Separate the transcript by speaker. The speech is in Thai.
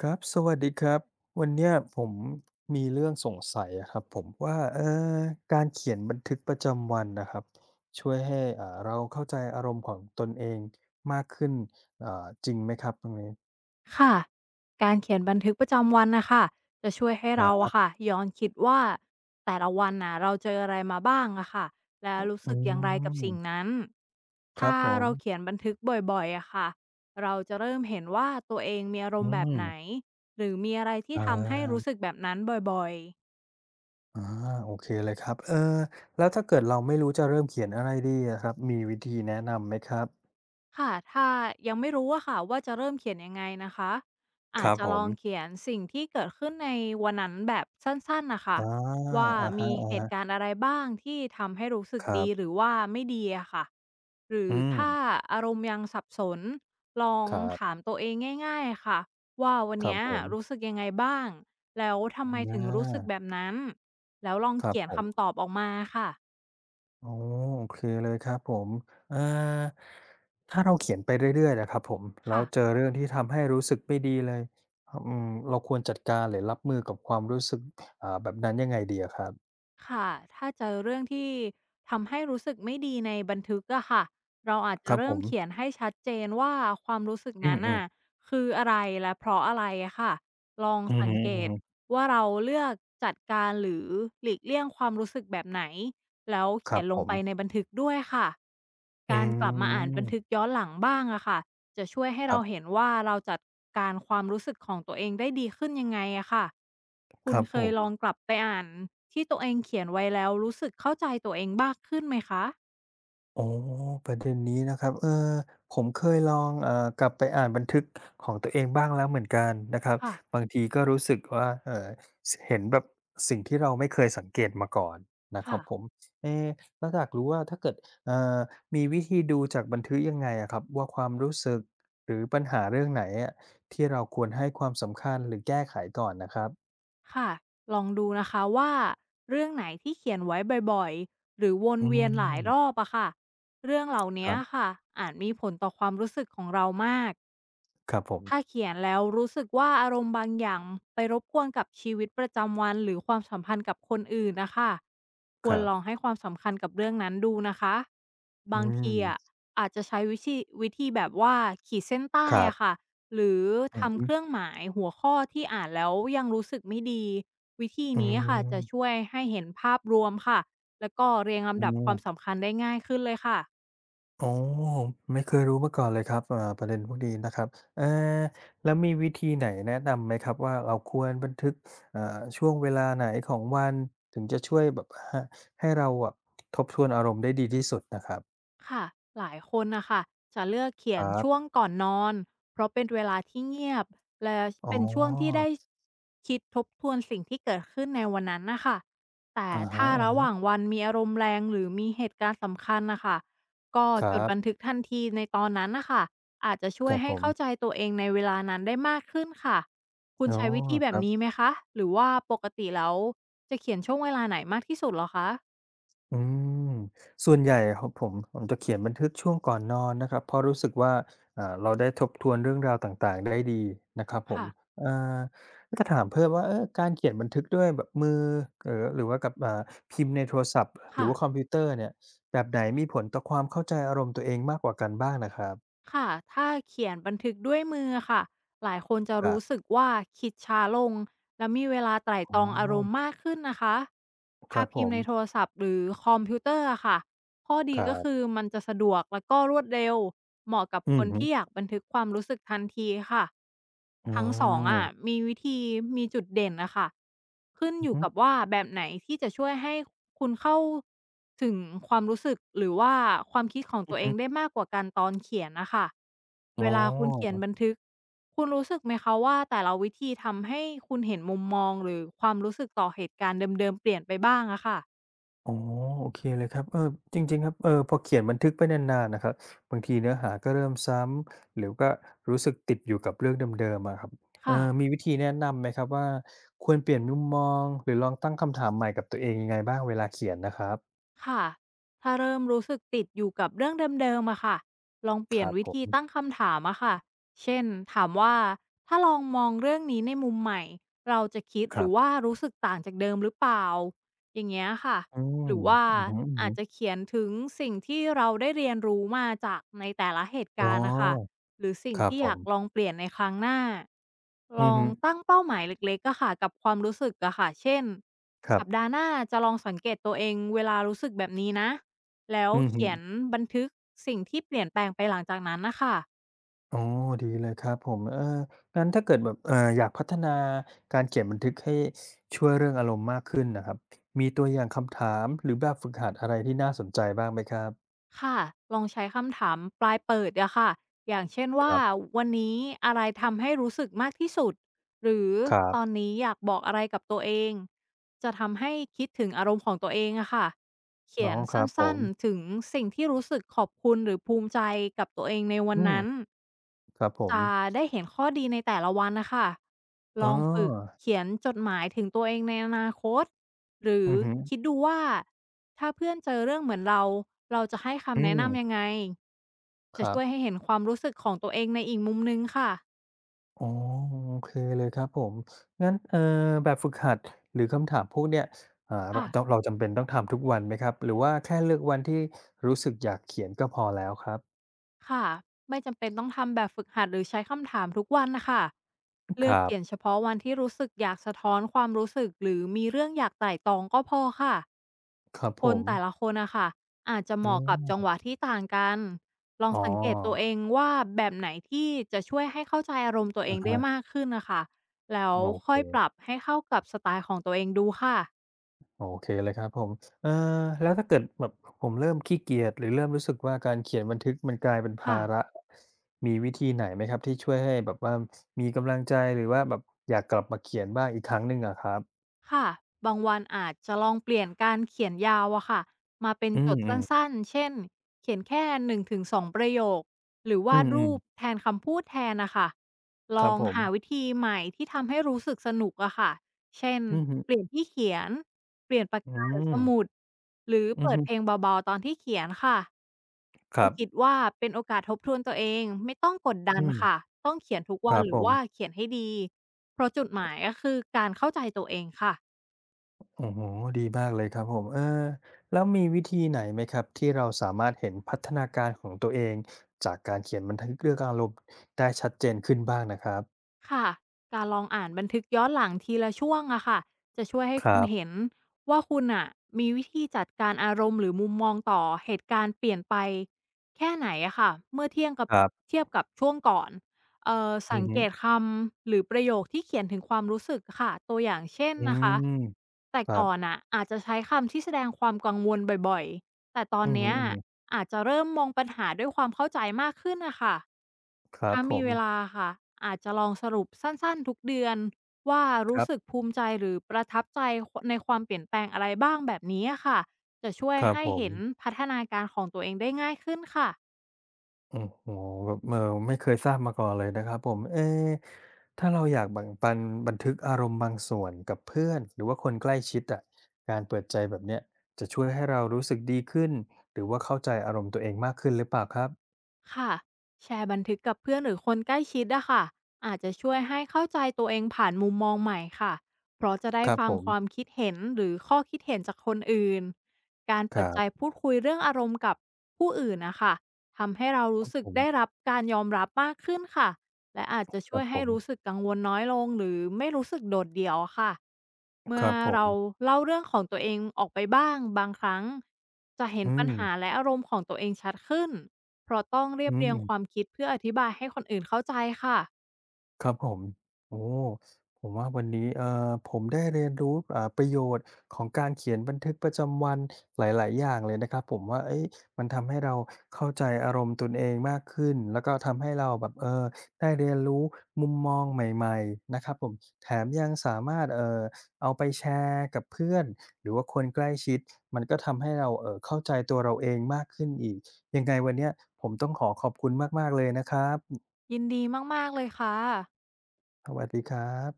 Speaker 1: ครับสวัสดีครับวันเนี้ยผมมีเรื่องสงสัยอะครับผมว่าการเขียนบันทึกประจำวันนะครับช่วยให้เราเข้าใจอารมณ์ของตนเองมากขึ้นจริงไหมครับตรงนี้
Speaker 2: ค่ะการเขียนบันทึกประจำวันนะคะจะช่วยให้
Speaker 1: คร
Speaker 2: เราอะ
Speaker 1: ับ
Speaker 2: ค่ะย้อนคิดว่าแต่ละวันน่ะเราเจออะไรมาบ้างอะค่ะและรู้
Speaker 1: อื
Speaker 2: สึกอย่างไรกับสิ่ง
Speaker 1: ม
Speaker 2: นั้น
Speaker 1: ครั
Speaker 2: ถ้า
Speaker 1: บผม
Speaker 2: เราเขียนบันทึกบ่อยๆอะค่ะเราจะเริ่มเห็นว่าตัวเองมีอาร
Speaker 1: อื
Speaker 2: มณ์แบบ
Speaker 1: ม
Speaker 2: ไหนหรือมีอะไรที่
Speaker 1: อ
Speaker 2: ทำให้รู้
Speaker 1: า
Speaker 2: สึกแบบนั้นบ่อยๆ
Speaker 1: อาโอเคเลยครับแล้วถ้าเกิดเราไม่รู้จะเริ่มเขียนอะไรดีอะครับมีวิธีแนะนำไหมครับ
Speaker 2: ค่ะถ้ายังไม่รู้อะค่ะว่าจะเริ่มเขียนยังไงนะคะ
Speaker 1: ค
Speaker 2: อาจ
Speaker 1: รับ
Speaker 2: จะ
Speaker 1: ผ
Speaker 2: ล
Speaker 1: ม
Speaker 2: องเขียนสิ่งที่เกิดขึ้นในวันนั้นแบบสั้นๆนะคะ
Speaker 1: อา
Speaker 2: ว่า
Speaker 1: อะฮะ
Speaker 2: มีเหตุการณ์อะไรบ้างที่ทำให้รู้สึ
Speaker 1: ๆ
Speaker 2: ก
Speaker 1: ครั
Speaker 2: ดี
Speaker 1: บ
Speaker 2: หรือว่าไม่ดีอะค่ะหรือ
Speaker 1: อืม
Speaker 2: ถ้าอารมณ์ยังสับสนลอ
Speaker 1: ค
Speaker 2: ง
Speaker 1: รั
Speaker 2: ถา
Speaker 1: บ
Speaker 2: มตัวเองง่ายๆค่ะว่าวัน
Speaker 1: ครับ
Speaker 2: เนี้ย
Speaker 1: ผม
Speaker 2: รู้สึกยังไงบ้างแล้วทำ
Speaker 1: อ
Speaker 2: ไมถึงรู้สึก
Speaker 1: า
Speaker 2: แบบนั้นแล้วลอง
Speaker 1: ครับ
Speaker 2: เขีย
Speaker 1: ผ
Speaker 2: น
Speaker 1: ม
Speaker 2: คำตอบออกมาค่ะ
Speaker 1: อ๋อโอเคเลยครับผมอ่าถ้าเราเขียนไปเรื่อยๆล่ะครับผมแล้ว
Speaker 2: ค่ะ
Speaker 1: เจอเรื่องที่ทำให้รู้สึกไม่ดีเลยเราควรจัดการหรือรับมือกับความรู้สึกแบบนั้นยังไงดีอะครับ
Speaker 2: ค่ะถ้าเจอเรื่องที่ทำให้รู้สึกไม่ดีในบันทึกอะค่ะเราอาจ
Speaker 1: ค
Speaker 2: จะ
Speaker 1: รับผ
Speaker 2: เริ่ม
Speaker 1: ม
Speaker 2: เขียนให้ชัดเจนว่าความรู้สึก
Speaker 1: อื
Speaker 2: นั้น
Speaker 1: ม
Speaker 2: น่ะ
Speaker 1: ๆ
Speaker 2: คืออะไรและเพราะอะไรอะค่ะลอง
Speaker 1: อือ
Speaker 2: สัง
Speaker 1: ฮึ
Speaker 2: เกต
Speaker 1: ๆ
Speaker 2: ว่าเราเลือกจัดการหรือหลีกเลี่ยงความรู้สึกแบบไหนแล้ว
Speaker 1: ค
Speaker 2: เขี
Speaker 1: รับ
Speaker 2: ยนล
Speaker 1: ผ
Speaker 2: ง
Speaker 1: ม
Speaker 2: ไปในบันทึกด้วยค่ะ
Speaker 1: อื
Speaker 2: การกลับมาอ่านบันทึก
Speaker 1: ม
Speaker 2: ย้อนหลังบ้างอะค่ะ จะช่วยให้
Speaker 1: ครั
Speaker 2: เรา
Speaker 1: บ
Speaker 2: เห็นว่าเราจัดการความรู้สึกของตัวเองได้ดีขึ้นยังไงอะค่ะ
Speaker 1: ค
Speaker 2: คุณ
Speaker 1: รับ
Speaker 2: เค
Speaker 1: ผ
Speaker 2: ย
Speaker 1: ม
Speaker 2: ลองกลับไปอ่านที่ตัวเองเขียนไว้แล้วรู้สึกเข้าใจตัวเองมากขึ้นไหมคะ
Speaker 1: โอ้ประเด็นนี้นะครับผมเคยลองกลับไปอ่านบันทึกของตัวเองบ้างแล้วเหมือนกันนะครับ
Speaker 2: ค่ะ
Speaker 1: บางทีก็รู้สึกว่าเห็นแบบสิ่งที่เราไม่เคยสังเกตมาก่อนนะครั
Speaker 2: ค่ะ
Speaker 1: บผมเอ๊แล้วอยากรู้ว่าถ้าเกิดเอ่อมีวิธีดูจากบันทึกยังไงอะครับว่าความรู้สึกหรือปัญหาเรื่องไหนอะที่เราควรให้ความสำคัญหรือแก้ไขก่อนนะครับ
Speaker 2: ค่ะลองดูนะคะว่าเรื่องไหนที่เขียนไว้บ่อยๆหรือวน
Speaker 1: อื
Speaker 2: เวียนหลายรอ
Speaker 1: ม
Speaker 2: บอะค่ะเรื่องเหล่า
Speaker 1: ค
Speaker 2: นี้
Speaker 1: รับ
Speaker 2: ค่ะอาจมีผลต่อความรู้สึกของเรามาก
Speaker 1: ครับผม
Speaker 2: ถ้าเขียนแล้วรู้สึกว่าอารมณ์บางอย่างไปรบกวนกับชีวิตประจำวันหรือความสัมพันธ์กับคนอื่นนะคะค
Speaker 1: ค
Speaker 2: วร
Speaker 1: รั
Speaker 2: ลอง
Speaker 1: บ
Speaker 2: ให้ความสำคัญกับเรื่องนั้นดูนะคะ
Speaker 1: อื
Speaker 2: บาง
Speaker 1: ม
Speaker 2: ทีอะอาจจะใช้วิธีแบบว่าขีดเส้นใต้
Speaker 1: ครับ
Speaker 2: อะค่ะหรือ
Speaker 1: อือ
Speaker 2: ทำ
Speaker 1: ฮึ
Speaker 2: เครื่องหมายหัวข้อที่อ่านแล้วยังรู้สึกไม่ดีวิธี
Speaker 1: อื
Speaker 2: นี้ค่ะจะช่
Speaker 1: ม
Speaker 2: วยให้เห็นภาพรวมค่ะแล้วก็เรียง
Speaker 1: อื
Speaker 2: ลำดับความ
Speaker 1: ม
Speaker 2: สำคัญได้ง่ายขึ้นเลยค่ะ
Speaker 1: โอ้ไม่เคยรู้มาก่อนเลยครับประเด็นพวกนี้นะครับเออแล้วมีวิธีไหนแนะนำไหมครับว่าเราควรบันทึกอ่าช่วงเวลาไหนของวันถึงจะช่วยแบบหให้เราอะทบทวนอารมณ์ได้ดีที่สุดน่ะครับ
Speaker 2: ค่ะหลายคนนะคะจะเลือกเขี
Speaker 1: ค
Speaker 2: ยน
Speaker 1: รั
Speaker 2: ช่วง
Speaker 1: บ
Speaker 2: ก่อนนอนเพราะเป็นเวลาที่เงียบและ
Speaker 1: อ๋อ
Speaker 2: เป็นช่วงที่ได้คิดทบทวนสิ่งที่เกิดขึ้นในวันนั้นนะคะแต่
Speaker 1: อะ
Speaker 2: ถ้าระ
Speaker 1: ฮะ
Speaker 2: หว่างวันมีอารมณ์แรงหรือมีเหตุการณ์สำคัญนะคะก็
Speaker 1: ๆค
Speaker 2: จ
Speaker 1: รั
Speaker 2: ดบัน
Speaker 1: บ
Speaker 2: ทึกทันทีในตอนนั้นนะค่ะอาจจะช่
Speaker 1: ค
Speaker 2: วย
Speaker 1: รับผ
Speaker 2: ให้เข้าใจ
Speaker 1: ม
Speaker 2: ตัวเองในเวลานั้นได้มากขึ้นค่ะคุณ
Speaker 1: อ๋อ
Speaker 2: ใช้วิธี
Speaker 1: ค
Speaker 2: แบบ
Speaker 1: รั
Speaker 2: นี้ไห
Speaker 1: บ
Speaker 2: มคะหรือว่าปกติแล้วจะเขียนช่วงเวลาไหนมากที่สุดเหรอคะ
Speaker 1: อืมส่วนใหญ่ของผมผมจะเขียนบันทึกช่วงก่อนนอนนะครับเพราะรู้สึกว่าเราได้ทบทวนเรื่องราวต่างๆได้ดีนะครับผม
Speaker 2: ค่ะ
Speaker 1: อ่าถ้าถามเพิ่มว่าการเขียนบันทึกด้วยแบบมือหรือว่ากับพิมพ์ในโทรศัพท์หรือ
Speaker 2: ค่ะ
Speaker 1: ว่าคอมพิวเตอร์เนี่ยแบบไหนมีผลต่อความเข้าใจอารมณ์ตัวเองมากกว่ากันบ้างน่ะครับ
Speaker 2: ค่ะถ้าเขียนบันทึกด้วยมือค่ะ หลายคนจะ
Speaker 1: ครั
Speaker 2: รู้
Speaker 1: บ
Speaker 2: สึกว่าคิดช้าลงและมีเวลาไตร่
Speaker 1: อ๋
Speaker 2: ตรองอา
Speaker 1: อ
Speaker 2: รมณ์มากขึ้นนะคะ
Speaker 1: ค
Speaker 2: ถ้า
Speaker 1: รับผ
Speaker 2: พิมพ์
Speaker 1: ม
Speaker 2: ในโทรศัพท์หรือคอมพิวเตอร์อะค่ะ ข้อดี
Speaker 1: ครั
Speaker 2: ก็คือ
Speaker 1: บ
Speaker 2: มันจะสะดวกแล้วก็รวดเร็วเหมาะกับ
Speaker 1: อื
Speaker 2: ค
Speaker 1: อ
Speaker 2: น
Speaker 1: ฮึ
Speaker 2: ที่อยากบันทึกความรู้สึกทันทีค่ะ
Speaker 1: อ๋
Speaker 2: ทั้งสอง
Speaker 1: อ
Speaker 2: อ่ะมีวิธีมีจุดเด่นนะคะขึ้น
Speaker 1: อื
Speaker 2: อ
Speaker 1: อ
Speaker 2: ยู่
Speaker 1: ฮึ
Speaker 2: กับว่าแบบไหนที่จะช่วยให้คุณเข้าถึงความรู้สึกหรือว่าความคิดของตัวเองได้มากกว่ากันตอนเขียนนะคะ
Speaker 1: ๆอ๋อ
Speaker 2: เวลาคุณเขียนบันทึกคุณรู้สึกไหมคะว่าแต่ละวิธีทำให้คุณเห็นมุมมองหรือความรู้สึกต่อเหตุการณ์เดิมๆเปลี่ยนไปบ้างอะค่ะ
Speaker 1: อ๋อโอเคเลยครับจริงๆครับพอเขียนบันทึกไปนานๆนะครับบางทีเนื้อหาก็เริ่มซ้ำหรือก็รู้สึกติดอยู่กับเรื่องเดิมๆอะครับเออ
Speaker 2: ค่ะ
Speaker 1: มีวิธีแนะนำไหมครับว่าควรเปลี่ยนมุมมองหรือลองตั้งคำถามใหม่กับตัวเองยังไงบ้างเวลาเขียนนะครับ
Speaker 2: ค่ะถ้าเริ่มรู้สึกติดอยู่กับเรื่องเดิมๆอะค่ะ ลองเป
Speaker 1: ค
Speaker 2: ลี่ย
Speaker 1: รั
Speaker 2: น
Speaker 1: บ
Speaker 2: วิ
Speaker 1: ผ
Speaker 2: ธีตั้
Speaker 1: ม
Speaker 2: งคำถามอะค่ะ เช่นถามว่าถ้าลองมองเรื่องนี้ในมุมใหม่เราจะคิด
Speaker 1: ค
Speaker 2: ห
Speaker 1: รั
Speaker 2: รือ
Speaker 1: บ
Speaker 2: ว่ารู้สึกต่างจากเดิมหรือเปล่าอย่างเงี้ยค่ะ
Speaker 1: อื
Speaker 2: ห
Speaker 1: ม
Speaker 2: รือว่า
Speaker 1: อือฮึ
Speaker 2: อาจ
Speaker 1: ๆ
Speaker 2: จะเขียนถึงสิ่งที่เราได้เรียนรู้มาจากในแต่ละเหตุ
Speaker 1: อ๋อ
Speaker 2: การณ์นะคะ หรือสิ่
Speaker 1: ค
Speaker 2: ง
Speaker 1: รับ
Speaker 2: ที่
Speaker 1: ผ
Speaker 2: อยา
Speaker 1: ม
Speaker 2: กลองเปลี่ยนในครั้งหน้า ล
Speaker 1: อือ
Speaker 2: อ
Speaker 1: ฮึ
Speaker 2: งตั้งเป้าหมายเล็กๆอะค่ะกับความรู้สึกอะค่ะเช่น
Speaker 1: ครับ
Speaker 2: สัปดาห์หน้าจะลองสังเกตตัวเองเวลารู้สึกแบบนี้นะ แล้ว
Speaker 1: อือฮึ
Speaker 2: เขียนบันทึกสิ่งที่เปลี่ยนแปลงไปหลังจากนั้นนะคะ
Speaker 1: อ๋อดีเลยครับผมงั้นถ้าเกิดแบบอยากพัฒนาการเขียนบันทึกให้ช่วยเรื่องอารมณ์มากขึ้นนะครับมีตัวอย่างคำถามหรือแบบฝึกหัดอะไรที่น่าสนใจบ้างไหมครับ
Speaker 2: ค่ะ ลองใช้คำถามปลายเปิดอะค่ะอย่างเช่น
Speaker 1: ค
Speaker 2: ว่า
Speaker 1: รับ
Speaker 2: วันนี้อะไรทำให้รู้สึกมากที่สุด หรือ
Speaker 1: ครั
Speaker 2: ตอน
Speaker 1: บ
Speaker 2: นี้อยากบอกอะไรกับตัวเอง จะทำให้คิดถึงอารมณ์ของตัวเองอะค่ะ
Speaker 1: อ๋
Speaker 2: เขี
Speaker 1: อ
Speaker 2: ยน
Speaker 1: ค
Speaker 2: ส
Speaker 1: รับผ
Speaker 2: ั้นๆ
Speaker 1: ม
Speaker 2: ถึงสิ่งที่รู้สึกขอบคุณหรือภูมิใจกับตัวเองในวั
Speaker 1: อื
Speaker 2: น
Speaker 1: ม
Speaker 2: นั้น
Speaker 1: ครับผม
Speaker 2: จะได้เห็นข้อดีในแต่ละวันน่ะค่ะ
Speaker 1: อ๋
Speaker 2: ล
Speaker 1: อ
Speaker 2: องฝึกเขียนจดหมายถึงตัวเองในอนาคต หรือ
Speaker 1: อือฮึ
Speaker 2: คิดดูว่าถ้าเพื่อนเจอเรื่องเหมือนเรา เราจะให้
Speaker 1: อื
Speaker 2: คำแนะ
Speaker 1: ม
Speaker 2: นำยังไง
Speaker 1: ค
Speaker 2: จะ
Speaker 1: รั
Speaker 2: ช่วย
Speaker 1: บ
Speaker 2: ให้เห็นความรู้สึกของตัวเองในอีกมุมหนึ่งค่ะ
Speaker 1: อ๋อโอเคเลยครับผมงั้นแบบฝึกหัดหรือคำถามพวกเนี้ยเรา
Speaker 2: ค่ะ
Speaker 1: ต้องเราจำเป็นต้องทำทุกวันไหมครับหรือว่าแค่เลือกวันที่รู้สึกอยากเขียนก็พอแล้วครับ
Speaker 2: ค่ะไม่จำเป็นต้องทำแบบฝึกหัดหรือใช้คำถามทุกวันนะคะ
Speaker 1: ค
Speaker 2: เลือก
Speaker 1: รั
Speaker 2: เขียนเฉ
Speaker 1: บ
Speaker 2: พาะวันที่รู้สึกอยากสะท้อนความรู้สึกหรือมีเรื่องอยากไต่ตองก็พอค่ะ
Speaker 1: ครับ
Speaker 2: ค
Speaker 1: ผ
Speaker 2: น
Speaker 1: ม
Speaker 2: แต่ละคนนะคะอาจจะเห
Speaker 1: อื
Speaker 2: มาะกับ
Speaker 1: ม
Speaker 2: จังหวะที่ต่างกันลอ
Speaker 1: อ๋
Speaker 2: งสังเกตตัวเอ
Speaker 1: อ
Speaker 2: งว่าแบบไหนที่จะช่วยให้เข้าใจอารมณ์ตัวเอ
Speaker 1: อะ
Speaker 2: งได้
Speaker 1: ฮะ
Speaker 2: มากขึ้นนะคะแล้ว
Speaker 1: โอ
Speaker 2: ค่อยป
Speaker 1: เค
Speaker 2: รับให้เข้ากับสไตล์ของตัวเองดูค่ะ
Speaker 1: โอเคเลยครับผมเอ่อแล้วถ้าเกิดแบบผมเริ่มขี้เกียจหรือเริ่มรู้สึกว่าการเขียนบันทึกมันกลายเป็นภา
Speaker 2: ค่ะ
Speaker 1: ระมีวิธีไหนไหมครับที่ช่วยให้แบบว่ามีกำลังใจหรือว่าแบบอยากกลับมาเขียนบ้างอีกครั้งหนึ่งอะครับ
Speaker 2: ค่ะ บางวันอาจจะลองเปลี่ยนการเขียนยาวอะค่ะ มาเป็น
Speaker 1: อื
Speaker 2: จด
Speaker 1: มๆ
Speaker 2: สั้นๆ เช่น เขียนแค่1-2ประโยค หรือ
Speaker 1: อื
Speaker 2: วาดรูป
Speaker 1: ม
Speaker 2: แทนคำพูดแทนนะคะ
Speaker 1: ๆ
Speaker 2: ล
Speaker 1: ครั
Speaker 2: อ
Speaker 1: บ
Speaker 2: ง
Speaker 1: ผม
Speaker 2: หาวิธีใหม่ที่ทำให้รู้สึกสนุกอะค่ะ เช่น
Speaker 1: อือฮึ
Speaker 2: เปลี่ยนที่เขียน เปลี่ยนปาก
Speaker 1: อื
Speaker 2: กาหรือ
Speaker 1: ม
Speaker 2: สมุดหรือ
Speaker 1: อือ
Speaker 2: เปิด
Speaker 1: ฮึ
Speaker 2: เพลงเบาๆตอนที่เขียนค่ะ
Speaker 1: ครั
Speaker 2: ให้คิด
Speaker 1: บ
Speaker 2: ว่าเป็นโอกาสทบทวนตัวเองไม่ต้องกดดั
Speaker 1: อื
Speaker 2: น
Speaker 1: ม
Speaker 2: ค่ะต้องเขียนทุก
Speaker 1: ค
Speaker 2: วัน
Speaker 1: รับ
Speaker 2: ห
Speaker 1: ผ
Speaker 2: รือว่า
Speaker 1: ม
Speaker 2: เขียนให้ดีเพราะจุดหมายก็คือการเข้าใจตัวเองค่ะ
Speaker 1: โอ้โห ดีมากเลยครับผมแล้วมีวิธีไหนไหมครับที่เราสามารถเห็นพัฒนาการของตัวเองจากการเขียนบันทึกเรื่องอารมณ์ได้ชัดเจนขึ้นบ้างนะครับ
Speaker 2: ค่ะการลองอ่านบันทึกย้อนหลังทีละช่วงอะค่ะจะช่วยให้
Speaker 1: ค
Speaker 2: คุ
Speaker 1: รั
Speaker 2: ณเห็
Speaker 1: บ
Speaker 2: นว่าคุณอะมีวิธีจัดการอารมณ์หรือมุมมองต่อเหตุการณ์เปลี่ยนไปแค่ไหนอะค่ะเมื่อเทียบกับ
Speaker 1: ครับ
Speaker 2: ช่วงก่อน
Speaker 1: อื
Speaker 2: สั
Speaker 1: อ
Speaker 2: ง
Speaker 1: ฮึ
Speaker 2: เกตคำหรือประโยคที่เขียนถึงความรู้สึกค่ะตัวอย่างเช่น
Speaker 1: อื
Speaker 2: นะคะ
Speaker 1: ม
Speaker 2: แต่
Speaker 1: ครับ
Speaker 2: ก่อนอะอาจจะใช้คำที่แสดงความกังวลบ่อยๆแต่ตอ
Speaker 1: อื
Speaker 2: น
Speaker 1: อฮึ
Speaker 2: เนี้ยอาจจะเริ่มมองปัญหาด้วยความเข้าใจมากขึ้นนะค่ะ
Speaker 1: ๆครับ
Speaker 2: ถ้า
Speaker 1: ผ
Speaker 2: มี
Speaker 1: ม
Speaker 2: เวลาค่ะอาจจะลองสรุปสั้นๆทุกเดือนว่า
Speaker 1: ค
Speaker 2: รู้
Speaker 1: รั
Speaker 2: สึก
Speaker 1: บ
Speaker 2: ภูมิใจหรือประทับใจในความเปลี่ยนแปลงอะไรบ้างแบบนี้อะค่ะจะช่วย
Speaker 1: ครับ
Speaker 2: ให้
Speaker 1: ผม
Speaker 2: เห็นพัฒนาการของตัวเองได้ง่ายขึ้นค่ะ
Speaker 1: โอ้โหแบบไม่เคยทราบมาก่อนเลยนะครับผมเอ๊ะถ้าเราอยากแบ่งปันบันทึกอารมณ์บางส่วนกับเพื่อนหรือว่าคนใกล้ชิดอะการเปิดใจแบบเนี้ยจะช่วยให้เรารู้สึกดีขึ้นหรือว่าเข้าใจอารมณ์ตัวเองมากขึ้นหรือเปล่าครับ
Speaker 2: ค่ะแชร์บันทึกกับเพื่อนหรือคนใกล้ชิดอะค่ะอาจจะช่วยให้เข้าใจตัวเองผ่านมุมมองใหม่ค่ะเพราะจะได้
Speaker 1: ครับ
Speaker 2: ฟั
Speaker 1: ผ
Speaker 2: ง
Speaker 1: ม
Speaker 2: ความคิดเห็นหรือข้อคิดเห็นจากคนอื่นการ
Speaker 1: ค
Speaker 2: เปิดใจ
Speaker 1: รับ
Speaker 2: พูดคุยเรื่องอารมณ์กับผู้อื่นนะคะทำให้เรา
Speaker 1: ครั
Speaker 2: รู้
Speaker 1: บ
Speaker 2: สึ
Speaker 1: ผ
Speaker 2: ก
Speaker 1: ม
Speaker 2: ได้รับการยอมรับมากขึ้นค่ะและอาจจะ
Speaker 1: ค
Speaker 2: ช่
Speaker 1: รั
Speaker 2: ว
Speaker 1: บ
Speaker 2: ย
Speaker 1: ผ
Speaker 2: ให้
Speaker 1: ม
Speaker 2: รู้สึกกังวลน้อยลงหรือไม่รู้สึกโดดเดี่ยวอะค่ะ
Speaker 1: ค
Speaker 2: เมื่อ
Speaker 1: รับผ
Speaker 2: เรา
Speaker 1: ม
Speaker 2: เล่าเรื่องของตัวเองออกไปบ้างบางครั้งจะเห็
Speaker 1: อื
Speaker 2: นปัญ
Speaker 1: ม
Speaker 2: หาและอารมณ์ของตัวเองชัดขึ้นเพราะต้องเรี
Speaker 1: อื
Speaker 2: ยบเรียงความ
Speaker 1: ม
Speaker 2: คิดเพื่ออธิบายให้คนอื่นเข้าใจค่ะ
Speaker 1: ครับผมโอ้ผมว่าวันนี้ผมได้เรียนรู้ประโยชน์ของการเขียนบันทึกประจำวันหลายๆอย่างเลยนะครับผมว่าเอ้ยมันทำให้เราเข้าใจอารมณ์ตนเองมากขึ้นแล้วก็ทำให้เราแบบได้เรียนรู้มุมมองใหม่ๆนะครับผมแถมยังสามารถเอาไปแชร์กับเพื่อนหรือว่าคนใกล้ชิดมันก็ทำให้เราเข้าใจตัวเราเองมากขึ้นอีกยังไงวันเนี้ยผมต้องขอขอบคุณมากๆเลยนะครับ
Speaker 2: ยินดีมากๆเลยค่ะ
Speaker 1: สวัสดีครับ